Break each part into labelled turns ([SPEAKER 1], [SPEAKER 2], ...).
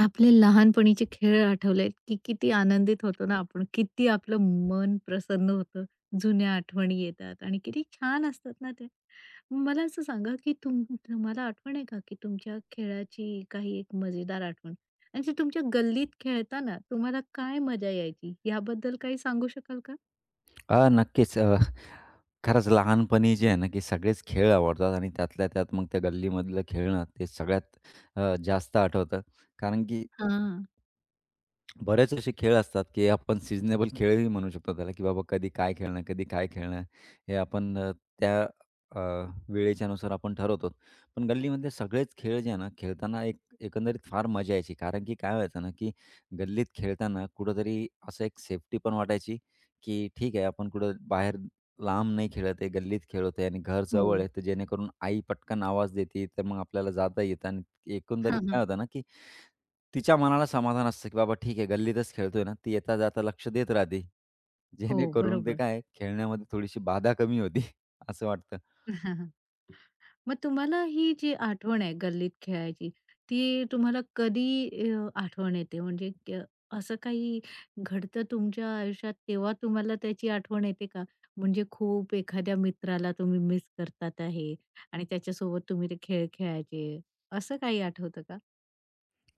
[SPEAKER 1] आपले लहानपणीचे खेळ आठवले की किती आनंदित होतो ना आपण. किती आपलं मन प्रसन्न होतं. जुन्या आठवणी येतात आणि किती छान असतात ना ते. मला असं सांगा की तुम्हाला आठवण आहे का की तुमच्या खेळाची काही एक मजेदार आठवण? आणि जी तुमच्या गल्लीत खेळताना तुम्हाला काय मजा यायची याबद्दल काही सांगू शकाल का?
[SPEAKER 2] नक्कीच. खरंच लहानपणी जे आहे ना, की सगळेच खेळ आवडतात आणि त्यातल्या त्यात मग त्या गल्लीमधलं खेळणं ते सगळ्यात जास्त आठवतं. कारण की
[SPEAKER 1] हां.
[SPEAKER 2] बरेच असे खेळ असतात, की आपण सीझनेबल खेळही म्हणू शकतो त्याला, की बाबा कधी काय खेळणं, कधी काय खेळणं, हे आपण त्या अ, वेळेच्यानुसार आपण ठरवतो. पण गल्लीमध्ये सगळेच खेळ जे आहे ना, खेळताना एकंदरीत फार मजा यायची. कारण की काय व्हायचं ना, की गल्लीत खेळताना कुठेतरी असं एक सेफ्टी पण वाटायची, की ठीक आहे आपण कुठं बाहेर लांब नाही खेळत आहे, गल्लीत खेळत आहे आणि घर
[SPEAKER 1] हो.
[SPEAKER 2] जवळ आहे, तर जेणेकरून आई पटकन आवाज देते, तर मग आपल्याला जाता येतं आणि एकंदरीत
[SPEAKER 1] हां,
[SPEAKER 2] काय
[SPEAKER 1] हां.
[SPEAKER 2] होतं ना, की तिच्या मनाला समाधान असतं, की बाबा ठीक आहे गल्लीतच खेळतोय ना, ती येता-जाता लक्ष देत राहते.
[SPEAKER 1] हो,
[SPEAKER 2] जेणेकरून ते
[SPEAKER 1] बरोबर.
[SPEAKER 2] काय आहे, खेळण्यामध्ये थोडीशी बाधा कमी होती. असं वाटतं.
[SPEAKER 1] मग तुम्हाला ही जी आठवण आहे गल्लीत खेळायची, ती तुम्हाला कधी आठवण येते? म्हणजे असं काही घडतं तुमच्या आयुष्यात तेव्हा तुम्हाला त्याची आठवण येते का? म्हणजे खूप एखाद्या मित्राला तुम्ही मिस करतात आहे आणि त्याच्यासोबत तुम्ही ते खेळ खेळायचे, असं काही आठवतं का?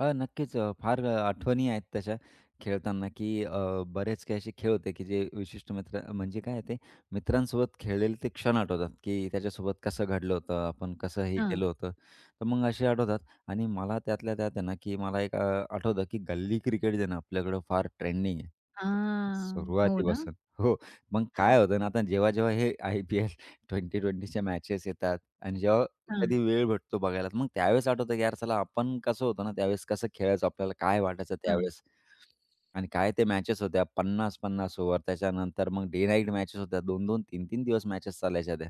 [SPEAKER 2] हां, नक्कीच फार आठवणी आहेत तशा खेळताना, की बरेच काही असे खेळ होते, की जे विशिष्ट मित्र म्हणजे काय ते मित्रांसोबत खेळलेले ते क्षण आठवतात, की त्याच्यासोबत कसं घडलं होतं, आपण कसं हे
[SPEAKER 1] हां.
[SPEAKER 2] केलं होतं. तर मग असे आठवतात आणि मला त्यातल्या त्यात आहे ना, की मला एक आठवतं, की गल्ली क्रिकेट जे आहे ना आपल्याकडं फार ट्रेंडिंग आहे.
[SPEAKER 1] हां. हो ना?
[SPEAKER 2] सुरुवातीपासून. हो. मग काय होतं ना, आता जेव्हा-जेव्हा हे IPL 2020च्या मॅचेस येतात आणि जेव्हा
[SPEAKER 1] हां,
[SPEAKER 2] कधी वेळ भेटतो बघायला, तर मग त्यावेळेस आठवतं की यार चला आपण कसं होतं ना, त्यावेळेस कसं खेळायचो, आपल्याला काय वाटायचं
[SPEAKER 1] हां.
[SPEAKER 2] त्यावेळेस. आणि काय ते मॅचेस होत्या 50-50 ओव्हर. त्याच्यानंतर मग डे नाईट मॅचेस होत्या. 2-2, 3-3 दिवस मॅचेस चालायच्या त्या.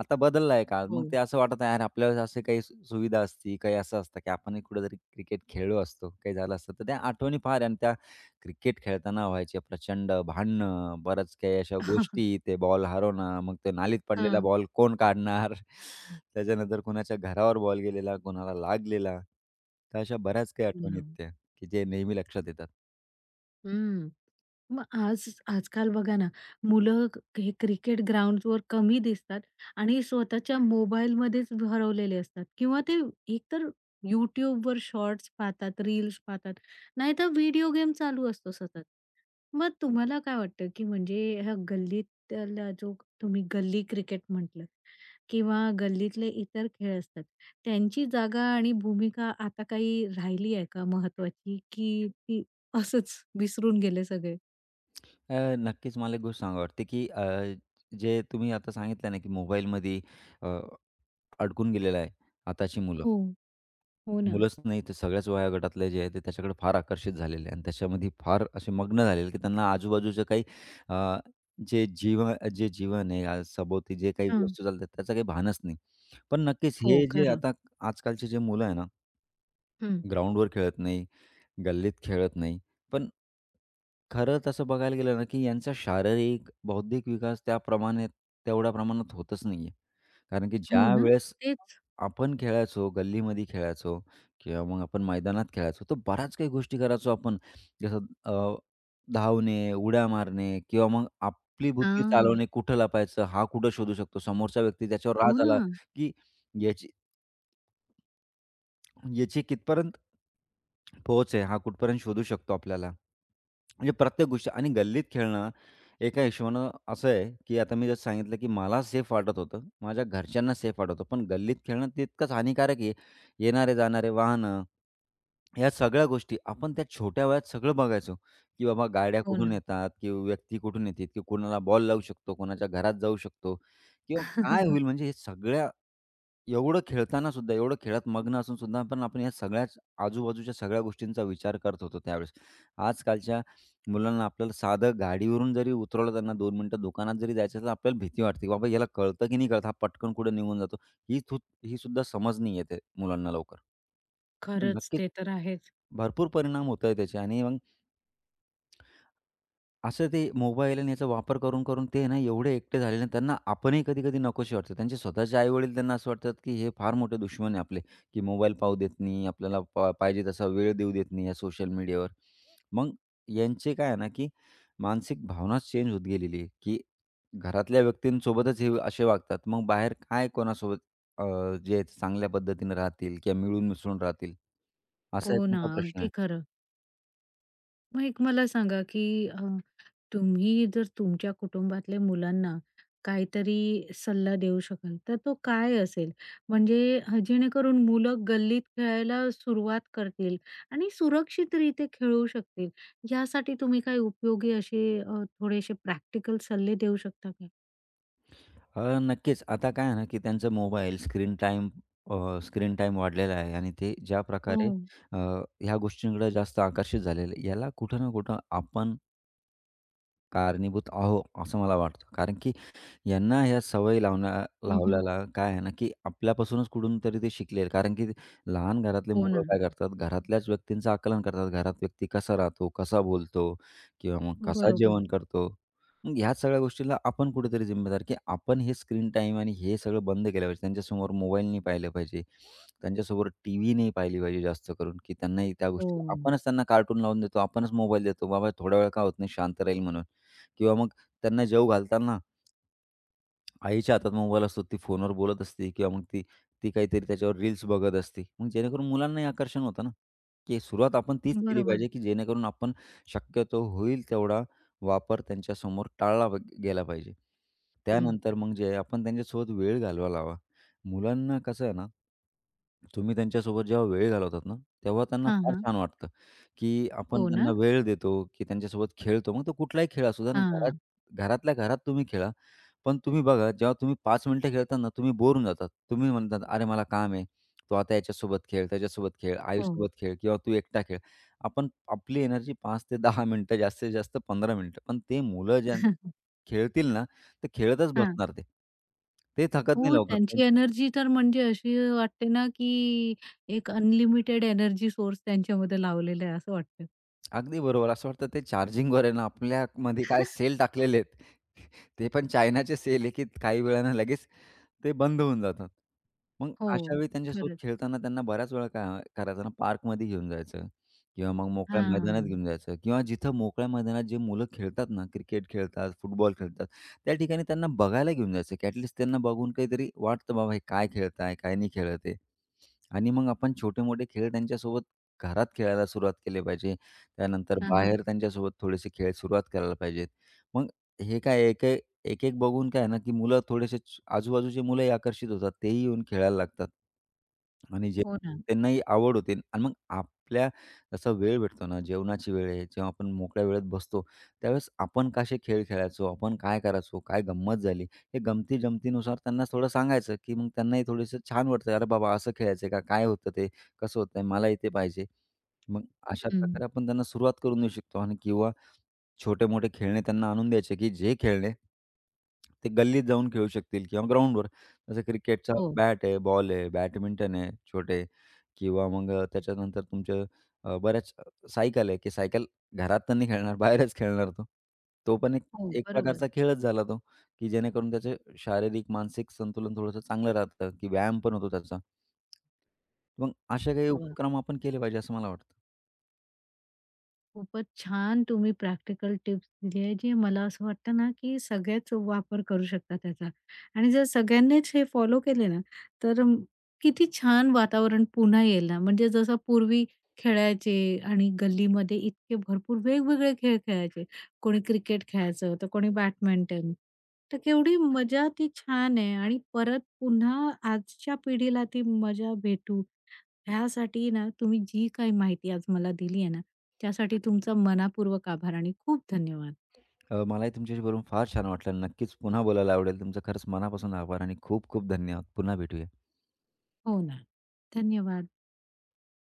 [SPEAKER 2] आता बदलला आहे काळ.
[SPEAKER 1] हो.
[SPEAKER 2] मग ते असं वाटतं यार आपल्याला असे काही सुविधा असती, काही असं असतं की आपणही कुठेतरी क्रिकेट खेळलो असतो, काही झालं असतं. तर त्या आठवणी फार आहे आणि त्या क्रिकेट खेळताना व्हायचे प्रचंड भांडणं, बरंच काही अशा गोष्टी, ते बॉल हरवणं, मग ते नालीत पडलेला
[SPEAKER 1] हां.
[SPEAKER 2] बॉल कोण काढणार? त्याच्यानंतर कुणाच्या घरावर बॉल गेलेला, कोणाला लागलेला. तर अशा बऱ्याच काही आठवणी
[SPEAKER 1] बरोबर.
[SPEAKER 2] आहेत त्या, की जे नेहमी लक्षात येतात.
[SPEAKER 1] हं. मग आज आजकाल बघा ना, मुलं हे क्रिकेट ग्राउंड्सवर कमी दिसतात आणि स्वतःच्या मोबाईलमध्येच हरवलेले असतात किंवा ते एकतर YouTubeवर शॉर्ट्स पाहतात, रील्स पाहतात, नाहीतर व्हिडिओ गेम चालू असतो सतत. मग तुम्हाला काय वाटतं, की म्हणजे ह्या गल्लीतला जो तुम्ही गल्ली क्रिकेट म्हटलं किंवा गल्लीतले इतर खेळ असतात, त्यांची जागा आणि भूमिका आता काही राहिली आहे का महत्वाची, की ती असंच विसरून गेले सगळे?
[SPEAKER 2] नक्कीच मला एक गोष्ट सांगावी वाटते, की जे तुम्ही आता सांगितलं ना, की मोबाईलमध्ये अ, अडकून गेलेलं आहे आताची मुलं.
[SPEAKER 1] हो, हो ना.
[SPEAKER 2] मुलंच नाही, तर सगळ्याच वयोगटातले जे आहे ते त्याच्याकडे फार आकर्षित झालेले आहे आणि त्याच्यामध्ये फार असे मग्न झालेले की त्यांना आजूबाजूचं काही अ, जे जीव जे जीवन आहे, आज सभोवती जे काही
[SPEAKER 1] हां.
[SPEAKER 2] वस्तू चालतात त्याचं काही भानच नाही. पण नक्कीच
[SPEAKER 1] हो,
[SPEAKER 2] हे जे
[SPEAKER 1] खरं.
[SPEAKER 2] आता आजकालचे जे मुलं आहे ना,
[SPEAKER 1] हं.
[SPEAKER 2] ग्राउंडवर खेळत नाही, गल्लीत खेळत नाही. पण खरं तसं बघायला गेलं ना, की यांचा शारीरिक, बौद्धिक विकास त्याप्रमाणे तेवढ्या प्रमाणात होतच नाहीये. कारण की
[SPEAKER 1] हो ना?
[SPEAKER 2] ज्यावेळेस
[SPEAKER 1] तेच.
[SPEAKER 2] आपण खेळायचो, गल्लीमध्ये खेळायचो किंवा मग आपण मैदानात खेळायचो, तर बऱ्याच काही गोष्टी करायचो आपण. जसं अ, धावणे, उड्या मारणे किंवा मग आपली बुद्धी
[SPEAKER 1] हां.
[SPEAKER 2] चालवणे, कुठं लपायचं, हा कुठं शोधू शकतो, समोरचा व्यक्ती त्याच्यावर
[SPEAKER 1] हो
[SPEAKER 2] राग
[SPEAKER 1] ना.
[SPEAKER 2] आला, की याची याची कितपर्यंत पोहोच आहे, हा कुठपर्यंत शोधू शकतो आपल्याला. म्हणजे प्रत्येक गोष्ट आणि गल्लीत खेळणं एका हिशोबानं असं आहे, की आता मी जसं सांगितलं, की मला सेफ वाटत होतं, माझ्या घरच्यांना सेफ वाटत होतं. पण गल्लीत खेळणं तितकंच हानिकारक आहे. येणारे-जाणारे वाहनं, ह्या सगळ्या गोष्टी आपण त्या छोट्या वयात सगळं बघायचो, की बाबा गाड्या
[SPEAKER 1] हो ना.
[SPEAKER 2] कुठून येतात, की व्यक्ती कुठून येते, की कोणाला बॉल लावू शकतो, कोणाच्या घरात जाऊ शकतो किंवा काय होईल म्हणजे हे सगळ्या एवढं खेळताना सुद्धा, एवढं खेळात मग्न असून सुद्धा पण आपण या सगळ्याच आजूबाजूच्या सगळ्या गोष्टींचा विचार करत होतो त्यावेळेस. आजकालच्या मुलांना आपल्याला साधं गाडीवरून जरी उतरवलं त्यांना 2 मिनिटं दुकानात जरी जायचं असेल, तर आपल्याला भीती वाटते, की बाबा याला कळतं की नाही कळत? हा पटकन कुठे निघून जातो. ही थू ही सुद्धा समज नाही येते मुलांना लवकर. तर
[SPEAKER 1] खरंच
[SPEAKER 2] नक्कीच
[SPEAKER 1] ते तर आहेच.
[SPEAKER 2] भरपूर परिणाम होत आहे त्याचे आणि मग असं ते मोबाईल आणि याचा वापर करून, करून ते ना एवढे एकटे झालेले आहेत, त्यांना आपणही कधी-कधी नकोसे वाटतो. त्यांचे स्वतःचे आई-वडील त्यांना असं वाटतात, की हे फार मोठे दुश्मन आहे आपले, की मोबाईल पाहू देत नाही, आपल्याला पाहिजे तसा वेळ देऊ देत नाही या सोशल मीडियावर. मग यांचे काय आहे ना, की मानसिक भावनाच चेंज होत गेलेली आहे, की घरातल्या व्यक्तींसोबतच हे असे वागतात. मग बाहेर काय कोणासोबत अ, जे चांगल्या पद्धतीनं राहतील किंवा मिळून मिसळून राहतील, असा एक
[SPEAKER 1] हो ना,
[SPEAKER 2] मोठा प्रश्न आहे.
[SPEAKER 1] अगदी खरं. मग एक मला सांगा, की तुम्ही जर तुमच्या कुटुंबातल्या मुलांना काहीतरी सल्ला देऊ शकाल, तर तो काय असेल? म्हणजे जेणेकरून मुलं गल्लीत खेळायला सुरुवात करतील आणि सुरक्षितरीत्या खेळू शकतील. यासाठी तुम्ही काही उपयोगी असे थोडेसे प्रॅक्टिकल सल्ले देऊ शकता.
[SPEAKER 2] नक्कीच. आता काय आहे ना, की त्यांचं मोबाईल स्क्रीन टाईम वाढलेला आहे आणि ते ज्या
[SPEAKER 1] हो.
[SPEAKER 2] प्रकारे ह्या गोष्टींकडे जास्त आकर्षित झालेले. याला कुठं ना कुठं आपण कारणीभूत आहोत, असं मला वाटतं. कारण की यांना ह्या सवयी
[SPEAKER 1] हं, हं.
[SPEAKER 2] लावल्याला काय आहे ना, की आपल्यापासूनच कुठून तरी ते शिकले. कारण की लहान घरातले
[SPEAKER 1] हो
[SPEAKER 2] मुलं
[SPEAKER 1] ना.
[SPEAKER 2] काय करतात, घरातल्याच व्यक्तींचं आकलन करतात. घरात व्यक्ती कसा राहतो, कसा बोलतो किंवा मग कसा
[SPEAKER 1] बरोबर.
[SPEAKER 2] जेवण करतो. मग ह्या सगळ्या गोष्टीला आपण कुठेतरी जिम्मेदार, की आपण हे स्क्रीन टाईम आणि हे सगळं बंद केलं पाहिजे. त्यांच्यासमोर मोबाईल नाही पाहिले पाहिजे. त्यांच्यासमोर टीव्ही नाही पाहिली पाहिजे जास्त करून, की त्यांनाही त्या
[SPEAKER 1] हो.
[SPEAKER 2] गोष्टी आपणच त्यांना कार्टून लावून देतो, आपणच मोबाईल देतो. "बाबा थोडा वेळ का होत नाही, शांत राहील" म्हणून किंवा मग त्यांना जेवू घालताना आईच्या हातात मोबाईल असतो, ती फोनवर बोलत असते किंवा मग ती ती काहीतरी त्याच्यावर रील्स बघत असते. मग जेणेकरून मुलांनाही आकर्षण होतं ना, की सुरुवात आपण तीच केली
[SPEAKER 1] बरोबर.
[SPEAKER 2] पाहिजे, की जेणेकरून आपण शक्यतो होईल तेवढा वापर त्यांच्यासमोर टाळला गेला पाहिजे.
[SPEAKER 1] हं.
[SPEAKER 2] त्यानंतर मग जे आहे आपण त्यांच्यासोबत वेळ घालवायला हवा. मुलांना कसं आहे ना, तुम्ही त्यांच्यासोबत जेव्हा वेळ घालवतात ना, तेव्हा त्यांना
[SPEAKER 1] हां,
[SPEAKER 2] फार
[SPEAKER 1] हां.
[SPEAKER 2] छान वाटतं, की आपण
[SPEAKER 1] हो ना?
[SPEAKER 2] त्यांना वेळ देतो, की त्यांच्यासोबत खेळतो. मग तो कुठलाही खेळ असू द्या ना,
[SPEAKER 1] हां.
[SPEAKER 2] घरातल्या घरात तुम्ही खेळा. पण तुम्ही बघा, जेव्हा तुम्ही 5 मिनिटं खेळता ना, तुम्ही बोर होऊन जातात. तुम्ही म्हणतात, "अरे मला काम आहे. तू आता याच्यासोबत खेळ, त्याच्यासोबत खेळ,
[SPEAKER 1] हो.
[SPEAKER 2] आईसोबत खेळ किंवा तू एकटा खेळ." आपण आपली एनर्जी 5 ते 10 मिनिटं, जास्तीत जास्त 15 मिनिटं. पण ते मुलं ज्या खेळतील ना, तर खेळतच
[SPEAKER 1] हां.
[SPEAKER 2] बसणार ते. ते थकत नाही
[SPEAKER 1] हो,
[SPEAKER 2] लवकर. ते
[SPEAKER 1] त्यांची एनर्जी तर म्हणजे अशी वाटते ना, की एक अनलिमिटेड एनर्जी सोर्स त्यांच्यामध्ये लावलेला आहे असं वाटतं.
[SPEAKER 2] अगदी बरोबर. असं वाटतं ते चार्जिंगवर आहे ना, आपल्यामध्ये काय सेल टाकलेले आहेत. ते पण चायनाचे सेल आहे, की काही वेळानं लगेच ते बंद होऊन जातात. मग
[SPEAKER 1] हो,
[SPEAKER 2] अशा वेळी त्यांच्यासोबत
[SPEAKER 1] खरंच.
[SPEAKER 2] खेळताना त्यांना बऱ्याच वेळा काय करायचं ना, पार्कमध्ये घेऊन जायचं किंवा मग मोकळ्या मैदानात
[SPEAKER 1] हां.
[SPEAKER 2] घेऊन जायचं किंवा जिथं मोकळ्या मैदानात जे मुलं खेळतात ना, क्रिकेट खेळतात, फुटबॉल खेळतात, त्या ठिकाणी त्यांना बघायला घेऊन जायचं, की ॲटलीस्ट त्यांना बघून काहीतरी वाटतं, "बाबा हे काय खेळताय, काय नाही खेळत आहे." आणि मग आपण छोटे-मोठे खेळ त्यांच्यासोबत घरात खेळायला सुरुवात केली पाहिजे. त्यानंतर
[SPEAKER 1] हां, हां.
[SPEAKER 2] बाहेर त्यांच्यासोबत थोडेसे खेळ सुरुवात करायला पाहिजेत. मग हे काय एक-एक बघून काय आहे ना, की मुलं थोडेसे आजूबाजूची मुलंही आकर्षित होतात. तेही येऊन खेळायला लागतात. आणि जे
[SPEAKER 1] हो ना.
[SPEAKER 2] त्यांनाही आवड होते आणि मग आपल्या जसा वेळ भेटतो ना, जेवणाची वेळ आहे, जेव्हा आपण मोकळ्या वेळेत बसतो, त्यावेळेस आपण कसे खेळ खेळायचो, आपण काय करायचो, काय गंमत झाली, हे गमती-जमतीनुसार त्यांना थोडं सांगायचं, की मग त्यांनाही थोडंसं छान वाटतं. "अरे बाबा, असं खेळायचं का? काय होतं ते? कसं होतंय? मलाही ते पाहिजे." मग अशा
[SPEAKER 1] हं.
[SPEAKER 2] प्रकारे आपण त्यांना सुरुवात करून देऊ शकतो आणि किंवा छोटे-मोठे खेळणे त्यांना आणून द्यायचे, की जे खेळणे ते गल्लीत जाऊन खेळू शकतील किंवा ग्राउंडवर. जसं क्रिकेटचा
[SPEAKER 1] हो,
[SPEAKER 2] बॅट आहे, बॉल आहे, बॅडमिंटन आहे छोटे किंवा मग त्याच्यानंतर तुमचे बऱ्याच सायकल आहे, की सायकल घरात तर नाही खेळणार, बाहेरच खेळणार तो. तो पण एक
[SPEAKER 1] हो.
[SPEAKER 2] एक
[SPEAKER 1] बरोबर.
[SPEAKER 2] प्रकारचा खेळच झाला तो, की जेणेकरून त्याचे शारीरिक, मानसिक संतुलन थोडंसं चांगलं राहतं, की व्यायाम पण होतो त्याचा. मग असे काही
[SPEAKER 1] व
[SPEAKER 2] उपक्रम आपण केले पाहिजे असं मला वाटतं.
[SPEAKER 1] खूपच छान तुम्ही प्रॅक्टिकल टिप्स दिली आहे, जे मला असं वाटतं ना, की सगळेच वापर करू शकता त्याचा. आणि जर सगळ्यांनीच हे फॉलो केले ना, तर किती छान वातावरण पुन्हा येईल ना. म्हणजे जसं पूर्वी खेळायचे आणि गल्लीमध्ये इतके भरपूर वेगवेगळे खेळ खेळायचे. कोणी क्रिकेट खेळायचं, तर कोणी बॅडमिंटन. तर केवढी मजा ती छान आहे आणि परत पुन्हा आजच्या पिढीला ती मजा भेटू, ह्यासाठी ना तुम्ही जी काही माहिती आज मला दिली आहे ना त्यासाठी तुमचा मनापूर्वक आभार आणि खूप धन्यवाद.
[SPEAKER 2] मलाही तुमच्याशी बोलून फार छान वाटलं. नक्कीच पुन्हा बोलायला आवडेल. तुमचं खरंच मनापासून आभार आणि खूप खूप धन्यवाद. पुन्हा भेटूया.
[SPEAKER 1] हो ना. धन्यवाद.